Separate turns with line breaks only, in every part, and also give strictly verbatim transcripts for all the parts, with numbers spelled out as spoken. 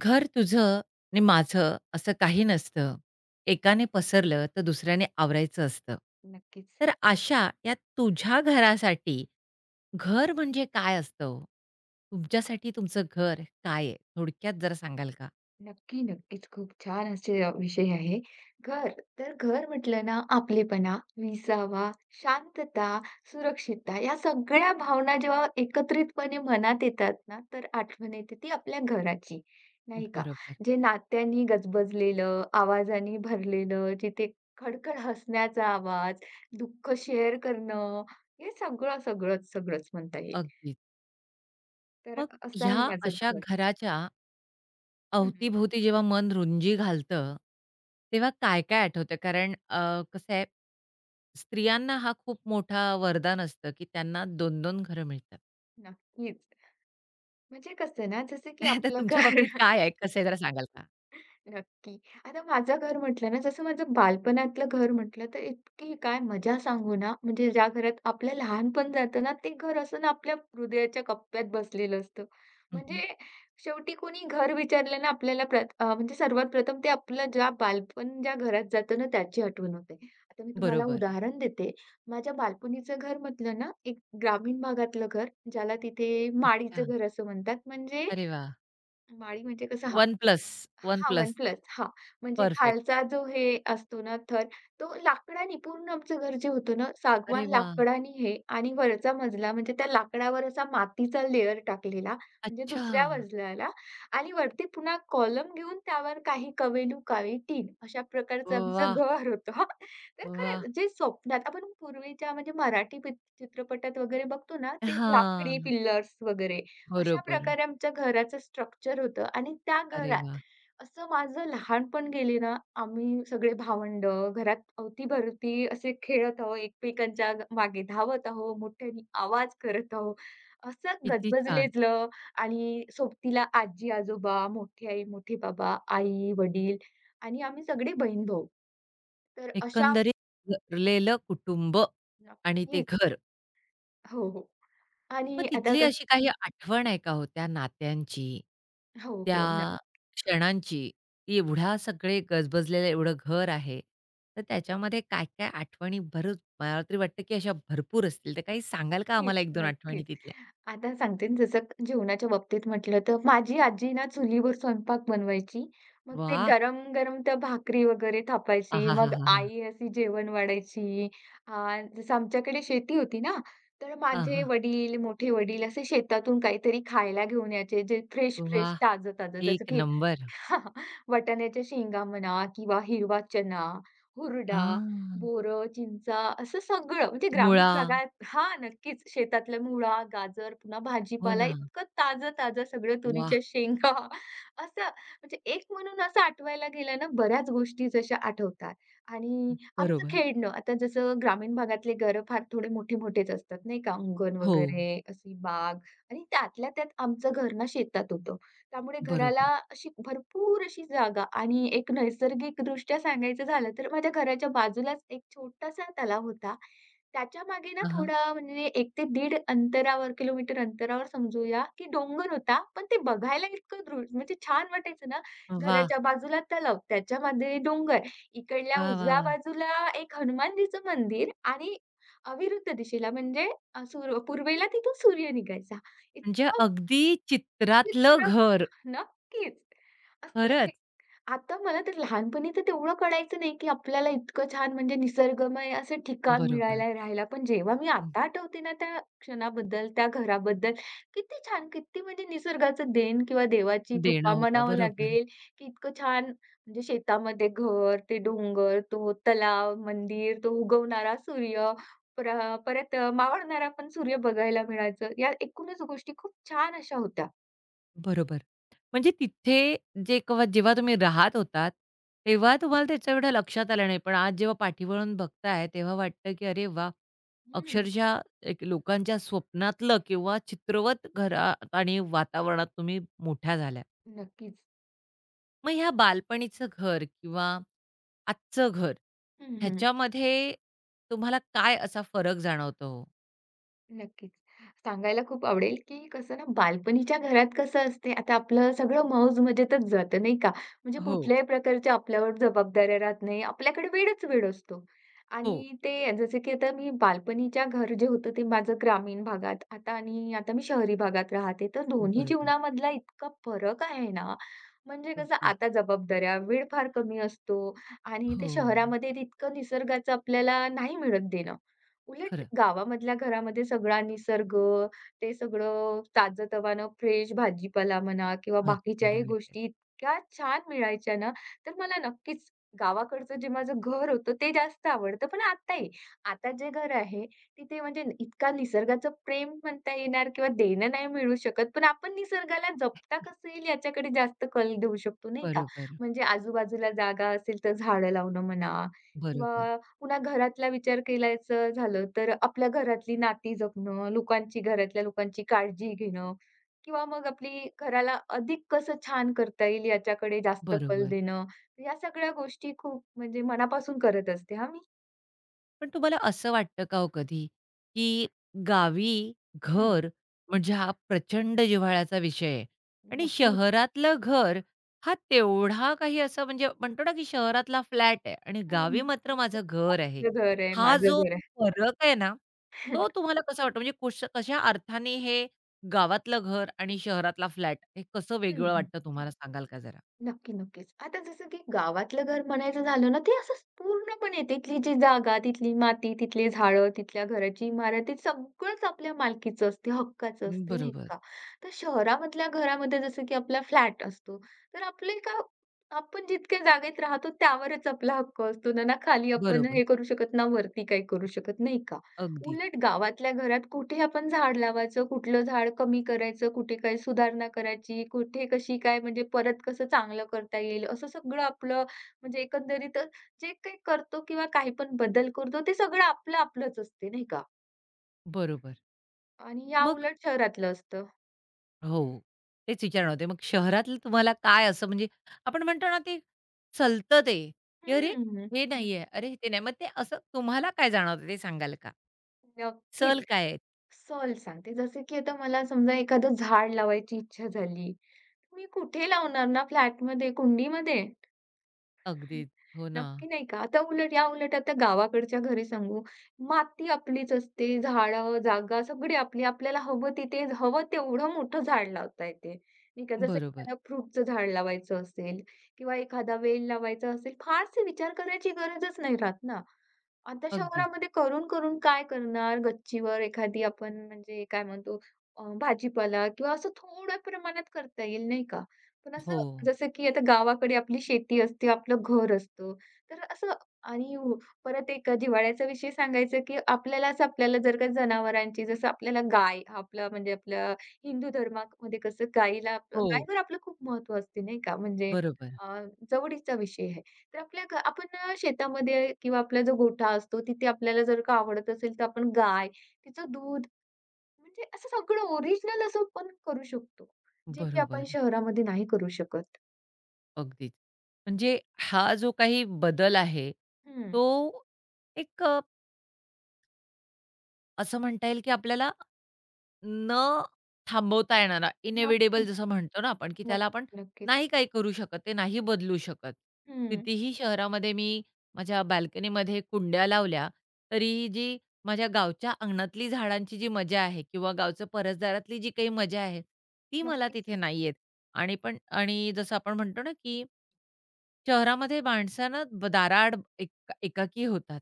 घर तुझं आणि माझं असं काही नसतं. एकाने पसरलं तर दुसऱ्याने आवरायचं असतं.
नक्कीच.
तर आशा या तुझ्या घरासाठी घर म्हणजे काय असतं हो? तुमच्यासाठी तुमचं घर काय आहे? थोडक्यात जरा सांगाल का?
नक्की, नक्कीच. खूप छान असे अ, विषय आहे. घर, तर घर म्हटलं ना आपलेपणा, विसावा, शांतता, सुरक्षितता या सगळ्या भावना जेव्हा एकत्रितपणे मनात येतात ना, तर आठवण येते ती आपल्या घराची, नाही का?
बरोबर.
जे नात्यांनी गजबजलेलं, आवाजाने भरलेलं, जिथे खडखड हसण्याचा आवाज, दुःख शेअर करणं, हे सगळं, सगळंच, सगळंच म्हणता येईल.
अगदीच.
तर
मग
असं
ह्या
आहे माझं
अशा
घर.
घराच्या
हं,
अवतीभोवती जेव्हा मन रुंजी घालतं, तेव्हा काय-काय आठवतं? कारण अ, कसं आहे, स्त्रियांना हा खूप मोठा वरदान असतं, की त्यांना दोन दोन घरं मिळतात.
नक्कीच. म्हणजे कसं ना, जसं की
तर
आपलं घर
तुमच्या बाबतीत काय आहे? कसं आहे जरा सांगाल का?
नक्की. आता माझं घर म्हटलं ना, जसं माझं बालपणातलं घर म्हटलं, तर इतकी काय मजा सांगू ना, म्हणजे ज्या घरात आपलं लहानपण जातं ना, ते घर असं ना आपल्या हृदयाच्या कप्प्यात बसलेलं असतं.
हं,
म्हणजे शेवटी कोणी घर विचारलं ना आपल्याला प्र अ, म्हणजे सर्वात प्रथम ते आपलं ज्या बालपण ज्या घरात जातं ना, त्याची आठवण होते. आता मी तुम्हाला
बरोबर.
उदाहरण देते. माझ्या बालपणीचं घर म्हटलं ना, एक ग्रामीण भागातलं घर, ज्याला तिथे माडीचं
अच्छा.
घर असं म्हणतात. म्हणजे
अरे वाह!
माळी म्हणजे कसं,
वन प्लस, वन
हां, वन
प्लस.
प्लस. हां, म्हणजे
परफेक्ट.
खालचा जो हे असतो ना थर, तो लाकडाने पूर्ण आमचं घर जे होतं ना,
अरे
सागवान
वाह!
लाकडाने हे आणि वरचा मजला म्हणजे त्या लाकडावर असा मातीचा लेयर टाकलेला, म्हणजे
अच्छा.
दुसऱ्या मजल्याला आणि वरती पुन्हा कॉलम घेऊन त्यावर काही कवेलू, काळी टीन अशा प्रकारचं आमचं
वाह!
घर होतं. हां, तर
वाह!
खरंच जे स्वप्नात आपण पूर्वीच्या म्हणजे मराठी पिक चित्रपटात वगैरे बघतो ना, ते
हां.
लाकडी पिल्लर्स वगैरे अशा
बरोबर.
प्रकारे आमच्या घराचं स्ट्रक्चर होतं आणि त्या
अरे
घरात
वाह!
असं माझं लहानपण गेले ना, आम्ही सगळे भावंड, घरात अवती-भवती असे खेळत आहो, एकमेकांच्या ग मागे धावत आहो, मोठ्याने आवाज करत आहो. असं
किती छान.
गजबजलेलं आणि सोबतीला आजी-आजोबा, मोठी आई, मोठे बाबा, आई-वडील आणि आम्ही सगळे बहीण-भाऊ. तर अशा
एकंदरीत घरलेलं कुटुंब आणि ते
नक्कीच.
घर
हो, हो.
मग
आणि आता
तिथली
कसं
अशी काही आठवण आहे का हो त्या नात्यांची,
हो,
त्या
हो.
क्षणांची, की एवढ्या सगळे गजबजलेलं एवढं घर आहे, तर त्याच्यामध्ये काय-काय आठवणी भरूच मला तरी वाटतं, की अशा भरपूर असतील, तर काही सांगाल का
नक्कीच,
आम्हाला एक दोन आठवणी
नक्कीच.
तिथल्या?
आता सांगते ना, जसं जेवणाच्या बाबतीत म्हटलं तर माझी आजी ना चुलीवर स्वयंपाक बनवायची. मग ते
वाह!
गरम-गरम त्या भाकरी वगैरे थापायची. मग
आहाहाहा!
आई अशी जेवण वाढायची. अ, जसं आमच्याकडे शेती होती ना, तर
हां,
माझे
हां.
वडील, मोठे वडील असे शेतातून काहीतरी खायला घेऊन यायचे, जे फ्रेश-फ्रेश,
वाह!
ताजं-ताजं.
एक
जसं की
नंबर.
वाटाण्याच्या शेंगा म्हणा किंवा हिरवा चणा, हुरडा
हां.
बोरं, चिंचा असं सगळं म्हणजे ग्रामीण
मुळा.
भागात हां, नक्कीच शेतातल्या मुळा, गाजर, पुन्हा
हो
भाजीपाला
ना.
इतकं ताजं-ताजं सगळं
वाह!
तुरीच्या शेंगा असं म्हणजे एक म्हणून असं आठवायला गेलं ना बऱ्याच गोष्टी जशा आठवतात. आणि आमचं
बरोबर.
खेळणं आता जसं ग्रामीण भागातले घरं फार थोडे मोठे-मोठेच असतात नाही का, अंगण
हो,
वगैरे, अशी बाग आणि त्यातल्या त्यात आमचं घर ना शेतात होतं. त्यामुळे घराला
बरोबर.
अशी भरपूर अशी जागा आणि एक नैसर्गिकदृष्ट्या सांगायचं झालं तर माझ्या घराच्या बाजूलाच एक छोटासा तलाव होता. त्याच्या मागे ना
हां, हां.
थोडा म्हणजे एक ते दीड अंतरावर किलोमीटर अंतरावर समजूया, की डोंगर होता. पण ते बघायला इतकं दृ म्हणजे छान वाटायचं ना,
वाह!
घराच्या बाजूला तलाव, त्याच्यामध्ये डोंगर, इकडल्या
वाह, वाह,
उजव्या
वाह!
बाजूला एक हनुमानजीचं मंदिर आणि अविरुद्ध दिशेला म्हणजे अ, सूर पूर्वेला तिथून सूर्य निघायचा.
म्हणजे
इतकं
अगदी चित्रातलं
विचित्र
घर.
नक्कीच. असं हे
खरंच.
आता मला तर लहानपणी तर तेवढं कळायचं नाही, की आपल्याला इतकं छान म्हणजे निसर्गमय असं ठिकाण
बरोबर.
मिळायला राहायला. पण जेव्हा मी
हं.
आता आठवते ना त्या क्षणाबद्दल, त्या घराबद्दल, किती छान, किती म्हणजे निसर्गाचं देण किंवा देवाची
देणं
कृपा
होतं.
म्हणावं
बरोबर.
लागेल, की इतकं छान म्हणजे शेतामध्ये घर, ते डोंगर, तो तलाव, मंदिर, तो उगवणारा सूर्य, परा परत मावळणारा पण सूर्य बघायला मिळायचं. या एकूणच गोष्टी खूप छान अशा होत्या.
बरोबर. म्हणजे तिथे जे केव्हा जेव्हा तुम्ही राहत होतात, तेव्हा तुम्हाला त्याच्या एवढं लक्षात आलं नाही. पण आज जेव्हा पाठीवळून बघताय, तेव्हा वाटतं की अरे वाह!
हं,
अक्षरशः एक लोकांच्या स्वप्नातलं किंवा चित्रवत घरात आणि वातावरणात तुम्ही मोठ्या झाल्या.
नक्कीच.
मग ह्या बालपणीचं घर किंवा आजचं घर
हं, हं.
ह्याच्यामध्ये तुम्हाला काय असा फरक जाणवतो
नक्कीच. सांगायला खूप आवडेल, की कसं ना बालपणीच्या घरात कसं असते, आता आपलं सगळं मौज-मजेतच जातं नाही का? म्हणजे
हो?
कुठल्याही प्रकारच्या आपल्यावर जबाबदाऱ्या राहत नाही. आपल्याकडे वेळच वेळ असतो.
हो.
आणि ते जसं की आता मी बालपणीच्या घर जे होतं ते माझं ग्रामीण भागात आता आणि आता मी शहरी भागात राहते. तर
हो.
दोन्ही
बरोबर.
जीवनामधला इतका फरक आहे ना, म्हणजे कसं
अगदी.
आता जबाबदाऱ्या, वेळ फार कमी असतो आणि
हो,
ते शहरामध्ये तितकं निसर्गाचं आपल्याला नाही मिळत देणं. उलट
खरं.
गावामधल्या घरामध्ये सगळा निसर्ग, ते सगळं ताजं-तवानं फ्रेश भाजीपाला म्हणा किंवा
भाजीपाला
बाकीच्याही
वगैरे.
गोष्टी इतक्या छान मिळायच्या ना, तर मला नक्कीच गावाकडचं जे माझं घर होतं ते जास्त आवडतं. पण आताही, आता जे घर आहे तिथे म्हणजे न- इतका निसर्गाचं प्रेम म्हणता येणार किंवा देणं नाही मिळू शकत. पण आपण निसर्गाला जपता कसं येईल याच्याकडे जास्त कल देऊ शकतो, नाही का?
बरोबर,
म्हणजे आजूबाजूला जागा असेल तर झाडं लावणं म्हणा
बरोबर,
किंवा पुन्हा घरातला विचार करायचं झालं, तर आपल्या घरातली नाती जपणं, लोकांची घरातल्या लोकांची काळजी घेणं किंवा मग आपली घराला अधिक कसं छान करता येईल याच्याकडे जास्त कल
बरोबर.
देणं. या सगळ्या गोष्टी खूप म्हणजे मनापासून करत असते हां मी.
पण तुम्हाला असं वाटतं का हो कधी, की गावी
हं.
घर म्हणजे हा प्रचंड जिव्हाळ्याचा विषय आहे आणि
नक्कीच.
शहरातलं घर हा तेवढा काही असं म्हणजे म्हणतो ना, की शहरातला फ्लॅट आहे आणि
हं, हं.
गावी मात्र माझं घर आहे.
आपलं घर आहे,
हा
माझं
जो
घर आहे.
फरक आहे ना, तो तुम्हाला कसा वाटतो? म्हणजे कुश कशा अर्थाने हे गावातलं घर आणि शहरातला फ्लॅट हे कसं
हं,
वेगळं
हं.
वाटतं तुम्हाला सांगाल का जरा?
नक्की, नक्कीच. आता जसं की गावातलं घर म्हणायचं झालं ना, ते असं पूर्णपणे तिथली जी जागा, तिथली माती, तिथली झाडं, तिथल्या घराची इमारत, ते सगळंच आपल्या मालकीचं असते, हक्काचं असते, नाही
बरोबर,
का? तर शहरामधल्या घरामध्ये जसं की आपला फ्लॅट असतो, तर आपले का आपण जितक्या जागेत राहतो त्यावरच आपला हक्क असतो ना, ना खाली आपण
बरोबर.
हे करू शकत, ना वरती काही करू शकत, नाही का?
अगदीच.
उलट गावातल्या घरात कुठे आपण झाड लावायचं, कुठलं झाड कमी करायचं, कुठे काय सुधारणा करायची, कुठे कशी काय म्हणजे परत कसं चांगलं करता येईल, असं सगळं आपलं म्हणजे एकंदरीत जे काही करतो किंवा काही पण बदल करतो, ते सगळं आपलं-आपलंच असते नाही का?
बरोबर.
आणि या
मग
उलट शहरातलं असतं.
हो. तेच विचारणार होते. मग शहरातलं तुम्हाला काय असं म्हणजे आपण म्हणतो ना ते चलतं ते, की "अरे,
हं,
हे नाहीये. अरे, ते नाही." मग ते असं तुम्हाला काय जाणवतं ते सांगाल का? सल
नक्कीच.
काय आहेत?
सहल सांगते, जसं की आता मला समजा एखादं झाड लावायची इच्छा झाली, मी कुठे लावणार ना फ्लॅटमध्ये, कुंडीमध्ये?
अगदीच. हो ना.
नक्की नाही का? आता उलट याउलट आता गावाकडच्या घरी सांगू, माती आपलीच असते, झाडं, जागा सगळी आपली. आपल्याला हवं तिथे हवं तेवढं मोठं झाड लावता येते. नाही का? जसं
बरोबर.
एखादं फ्रूटचं झाड लावायचं असेल किंवा एखादा वेल लावायचा असेल, फारसे विचार करायची गरजच नाही राहत ना. आता
अगदीच.
शहरामध्ये करून, करून काय करणार? गच्चीवर एखादी आपण म्हणजे काय म्हणतो अ, भाजीपाला किंवा असं थोड्या प्रमाणात करता येईल, नाही का? पण असं
हो.
जसं की आता गावाकडे आपली शेती असते, आपलं घर असतं. तर असं आणि उ- परत एक जिव्हाळ्याचा विषय सांगायचा, की आपल्यालाच आपल्याला जर का जनावरांची जसं आपल्याला गाय आपला म्हणजे आपल्या हिंदू धर्मामध्ये कसं गाईला
हो.
गायीवर आपलं खूप महत्त्व असते, नाही का? म्हणजे
बरोबर.
अ, जवळीचा विषय आहे. तर आपल्या घ आपण अ, शेतामध्ये किंवा आपला जो गोठा असतो, तिथे आपल्याला जर का आवडत असेल, तर आपण गाय, तिचं दूध म्हणजे असं सगळं ओरिजिनल असं पण करू शकतो, जे की आपण
बरोबर.
शहरामध्ये नाही करू शकत.
अगदीच. म्हणजे हा जो काही बदल आहे,
हं.
तो एक अ, असं म्हणता येईल की आपल्याला न थांबवता येणारा, इनेव्हिटेबल
नक्कीच,
जसं म्हणतो ना आपण, की त्याला आपण
नक्कीच, नक्कीच.
नाही काही करू शकत, ते नाही बदलू शकत.
हं.
कितीही शहरामध्ये मी माझ्या बाल्कनीमध्ये कुंड्या लावल्या, तरीही जी माझ्या गावच्या अंगणातली झाडांची जी मजा आहे किंवा गावचं परसदारातली जी काही मजा आहे, ती मला
नक्कीच,
तिथे नाही येत. आणि पण आणि जसं आपण म्हणतो ना, की शहरामध्ये माणसं ना ब- दाराआड एक एकाकी होतात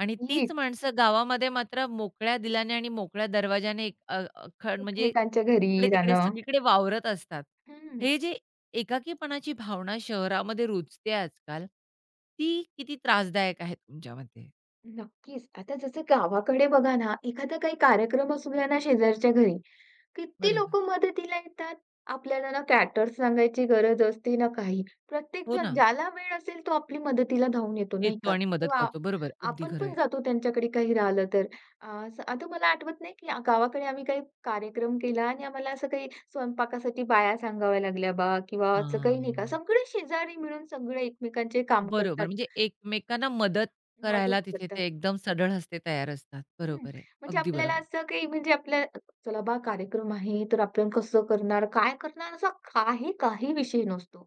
आणि तीच माणसं गावामध्ये मात्र मोकळ्या दिलाने आणि मोकळ्या दरवाजाने एक- अ, अखंड म्हणजे
एकमेकांच्या घरी
इकडे-तिकडे
जाणं.
सगळीकडे वावरत असतात.
हं.
हे जे एकाकीपणाची भावना शहरामध्ये रुजते आजकाल, ती किती त्रासदायक आहे तुमच्या मते?
नक्कीच. आता जसं गावाकडे बघा ना, एखादा काही कार्यक्रम असूया ना शेजारच्या घरी, किती
बरोबर.
लोकं मदतीला येतात. आपल्याला ना कॅटर सांगायची गरज असते ना काही.
हो
प्रत्येकजण
ना.
ज्याला वेळ असेल तो आपली मदतीला धावून येतो नाही
येतो
का?
आणि मदत
किंवा आ-
करतो. बरोबर. अगदी
आपण
खरं
पण
आहे.
जातो त्यांच्याकडे काही राहिलं तर. अ, असं आता मला आठवत नाही की गावाकडे आम्ही काही कार्यक्रम केला आणि आम्हाला असं काही स्वयंपाकासाठी बाया सांगाव्या लागल्या बा किंवा असं काही
हां.
नाही का. सगळे शेजारी मिळून सगळे एकमेकांचे काम
बरोबर.
करतात,
म्हणजे एकमेकांना मदत
मदत
करायला तिथे
करतात.
ते एकदम सढळ हस्ते तयार असतात.
हं.
बरोबर आहे.
म्हणजे
अगदी
आपल्याला
बरोबर.
असं काही म्हणजे आपल्या चला बा कार्यक्रम आहे, तर आपण कसं करणार, काय करणार असा काही काही विषय नसतो.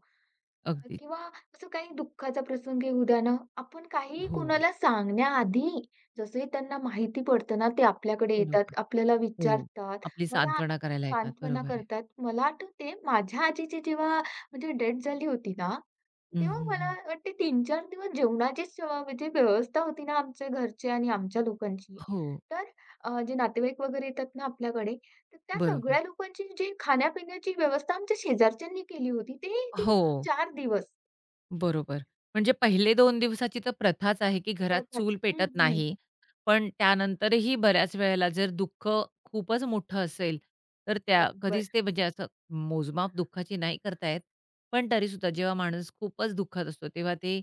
अगदीच.
किंवा असं काही दुःखाचा प्रसंग येऊ द्या ना, आपण काहीही
हो.
कोणाला सांगण्याआधी जसंही त्यांना माहिती पडतं ना, ते आपल्याकडे येतात,
बरोबर.
आपल्याला
हो.
विचारतात,
आपली
मला
सांत्वना करायला येतात.
सांत्वना
बरोबर आहे.
करतात. मला आठवते माझ्या आजीची जेव्हा म्हणजे डेथ झाली होती ना,
हं,
तेव्हा
हं,
मला
हं.
वाटते तीन चार दिवस जेवणाचीच अ, म्हणजे व्यवस्था होती ना आमच्या घरचे आणि आमच्या लोकांची.
हो.
तर अ, जे नातेवाईक वगैरे येतात ना आपल्याकडे, तर त्या
बरोबर.
सगळ्या लोकांची जी खाण्यापिण्याची व्यवस्था आमच्या शेजारच्यांनी केली होती. ते ती
हो.
चार दिवस.
बरोबर. म्हणजे पहिले दोन दिवसाची तर प्रथाच आहे, की घरात चूल
सहजच. हं,
पेटत
हं.
नाही. पण त्यानंतरही बऱ्याच वेळेला जर दुःख खूपच मोठं असेल, तर त्या
बरोबर.
कधीच ते म्हणजे असं मोजमाप दुःखाची नाही करता येत. पण तरीसुद्धा जेव्हा माणूस खूपच दुःखात असतो, तेव्हा ते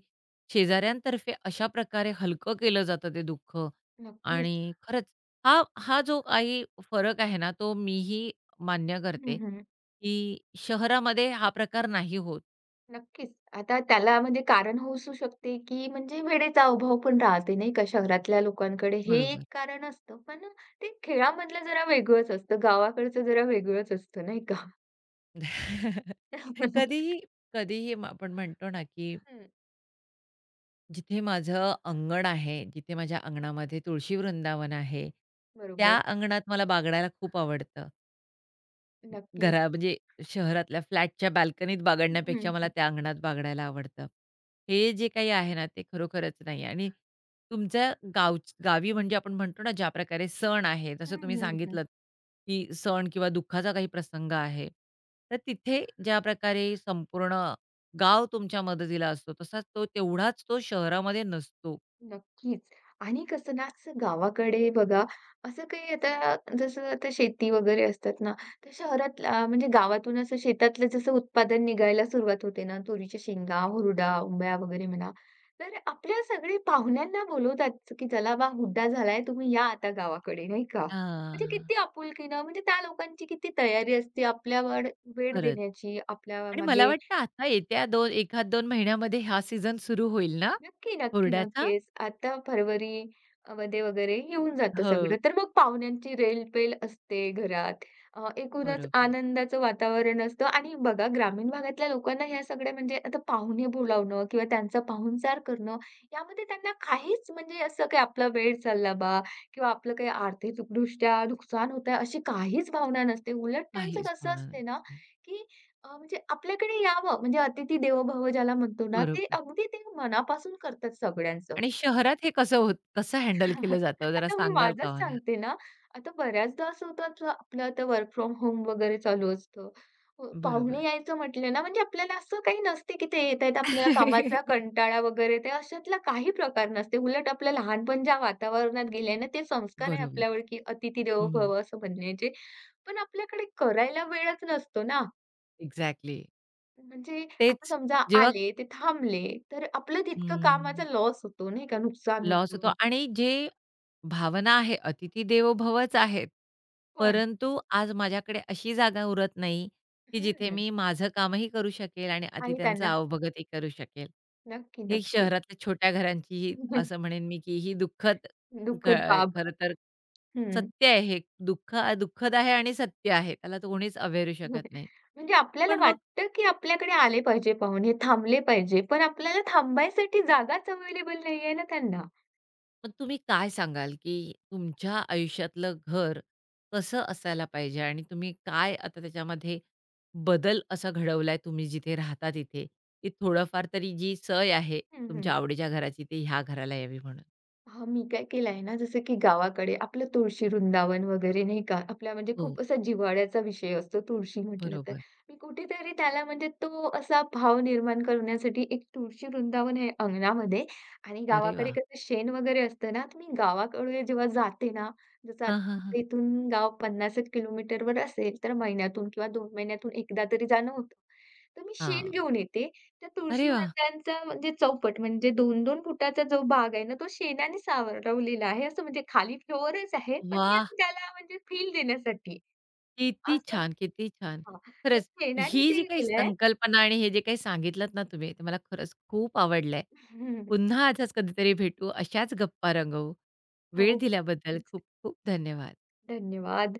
शेजाऱ्यांतर्फे अशा प्रकारे हलकं केलं जातं ते दुःख
नक्कीच.
आणि खरंच हा हा जो काही फरक आहे ना, तो मीही मान्य करते,
हं, हं.
की शहरामध्ये हा प्रकार नाही होत.
नक्कीच. आता त्याला म्हणजे कारण होऊ असू शकते, की म्हणजे वेळेचा अभाव पण राहते नाही का शहरातल्या लोकांकडे हे एक
बरोबर.
कारण असतं. पण ते खेळामधलं जरा वेगळंच असतं. गावाकडचं जरा वेगळंच असतं नाही का?
कधीही कधीही म आपण म्हणतो ना, की
हं.
जिथे माझं अंगण आहे, जिथे माझ्या अंगणामध्ये तुळशी वृंदावन आहे, त्या
बरोबर.
अंगणात मला बागडायला खूप आवडतं.
नक्कीच.
घरा म्हणजे शहरातल्या फ्लॅटच्या बाल्कनीत
हं, हं,
बागडण्यापेक्षा मला
हं.
त्या अंगणात बागडायला आवडतं. हे जे काही आहे ना, ते खरोखरच नाही आणि तुमच्या गाव गावी म्हणजे आपण म्हणतो ना, ज्या प्रकारे सण आहे, जसं
हं,
तुम्ही
हं, हं.
सांगितलंत, की सण किंवा दुःखाचा काही प्रसंग आहे, तर तिथे ज्या प्रकारे संपूर्ण गाव तुमच्या मदतीला असतो, तसाच तो तेवढाच तो शहरामध्ये नसतो.
नक्कीच. आणि कसं ना, असं गावाकडे बघा, असं काही आता जसं आता शेती वगैरे असतात ना, तर शहरातला अ, म्हणजे गावातून असं शेतातलं जसं उत्पादन निघायला सुरुवात होते ना, तुरीच्या शेंगा, हुरडा, उंब्या वगैरे म्हणा, तर आपल्या सगळे पाहुण्यांना बोलवतात, की "चला बा, हुरडा झालाय, तुम्ही या आता गावाकडे." नाही का? म्हणजे
हां,
किती आपुलकीनं, म्हणजे त्या लोकांची किती तयारी असते आपल्यावर वेळ
खरंच.
देण्याची,
आणि मला
आपल्यामागे
वाटतं आता येत्या 2 एक दोन महिन्यामध्ये हा सीझन सुरू होईल ना,
नक्की, नक्की,
हुरड्याचा?
नक्कीच. आता फरवरी अ, मध्ये वगैरे येऊन जातं
हो,
सगळं. तर मग पाहुण्यांची रेलपेल असते घरात. अ, एकूणच
बरोबर.
आनंदाचं वातावरण असतं आणि बघा ग्रामीण भागातल्या लोकांना ह्या सगळ्या म्हणजे आता पाहुणे बोलावणं किंवा त्यांचा पाहुणचार करणं, यामध्ये त्यांना काहीच म्हणजे असं काही आपला वेळ चालला बा किंवा आपलं काही आर्थिकदृष्ट्या नुकसान होतंय, अशी काहीच भावना नसते. उलट त्यांचं
काहीच
कसं
होणार
असते ना,
नाही.
की अ, म्हणजे आपल्याकडे यावं, म्हणजे "अतिथी देवो भव" ज्याला म्हणतो ना, ते
बरोबर.
अगदी ते मनापासून करतात सगळ्यांचं.
आणि शहरात हे कसं होत कसं हँडल केलं जातं हो? जरा
आता मी
सांगाल
माझंच
का मला?
सांगते ना, आता बऱ्याचदा असं होतं, आता आपलं आता वर्क फ्रॉम होम वगैरे चालू असतं. अ, पाहुणे
बरोबर.
यायचं म्हटलं ना, म्हणजे आपल्याला असं काही नसते, की ते येतायेत आपल्याला कामाचा कंटाळा वगैरे ते अशातला काही प्रकार नसते. उलट आपलं लहानपण ज्या वातावरणात गेलंय ना, ते संस्कार आहे
बरोबर.
आपल्यावर, की "अतिथी देवो
हं, हं.
भव" असं म्हणण्याचे. पण आपल्याकडे करायला वेळच नसतो ना.
एक्झॅक्टली.
म्हणजे आता
तेच
समजा
जेव्हा
आले, ते थांबले, तर आपलं तितकं कामाचा
हं,
लॉस होतो नाही का, नुकसान
लॉस होतो
होतं.
आणि जे भावना आहे, अतिथी देवो भवच आहेत.
पण
परंतु आज माझ्याकडे अशी जागा उरत नाही, की जिथे
हं.
मी माझं कामही करू शकेल आणि
आणि
अतिथ्यांचं
त्यांना
अवभगतही करू शकेल.
नक्की,
ही
नक्कीच.
शहरातल्या छोट्या घरांची ही असं म्हणेन मी, की ही दुःखद ख
दुःखद बाब.
खरं तर
हं.
सत्य आहे हे. दुःख दुःखद आहे आणि सत्य आहे. त्याला तर कोणीच अव्हेरू शकत नाही.
म्हणजे आपल्याला
पण मग
वाटतं, की आपल्याकडे आले पाहिजे पाहुणे, थांबले पाहिजे, पण आपल्याला थांबायसाठी जागाच अवेलेबल नाहीये ना त्यांना.
मग तुम्ही काय सांगाल, की तुमच्या आयुष्यातलं घर कसं असायला पाहिजे आणि तुम्ही काय आता त्याच्यामध्ये बदल असा घडवलाय तुम्ही जिथे राहता तिथे, की थोडंफार तरी जी सय आहे
हं, हं.
तुमच्या आवडीच्या घराची ती ह्या घराला यावी म्हणून?
हां, मी काय केलं आहे ना, जसं की गावाकडे आपलं तुळशी वृंदावन वगैरे नाही का, आपला म्हणजे
हो,
खूप असा जिव्हाळ्याचा विषय असतो तुळशी म्हटलं तर.
बरोबर.
मी कुठेतरी त्याला म्हणजे तो असा भाव निर्माण करण्यासाठी एक तुळशी वृंदावन आहे अंगणामध्ये आणि
अरे
गावाकडे
वाह!
कसं शेण वगैरे असतं ना, तर मी गावाकडे जेव्हा जाते ना, जसं
हां, हां, हां.
आता इथून गाव पन्नास एक किलोमीटरवर असेल, तर महिन्यातून किंवा दोन महिन्यातून एकदा तरी जाणं होतं. तर मी शेण
हां.
घेऊन येते त्या
अरे वाह!
तुळशीवनाचा म्हणजे चौपट म्हणजे दोन दोन फुटाचा जो भाग आहे ना, तो शेणाने सारवलेला आहे. असं म्हणजे खाली फ्लोरच आहे, पण मी
वाह!
असं त्याला म्हणजे फील देण्यासाठी
किती
असं
छान, किती छान.
हां, तर
खरंच
शेणाने
ही जी
ते
काही
केलंय.
संकल्पना आणि हे जे काही सांगितलत ना तुम्ही, ते मला खरंच खूप आवडलंय.
हं,
पुन्हा असंच कधीतरी भेटू, अशाच गप्पा रंगवू.
हो,
वेळ दिल्याबद्दल
नक्कीच.
खूप खूप धन्यवाद.
धन्यवाद.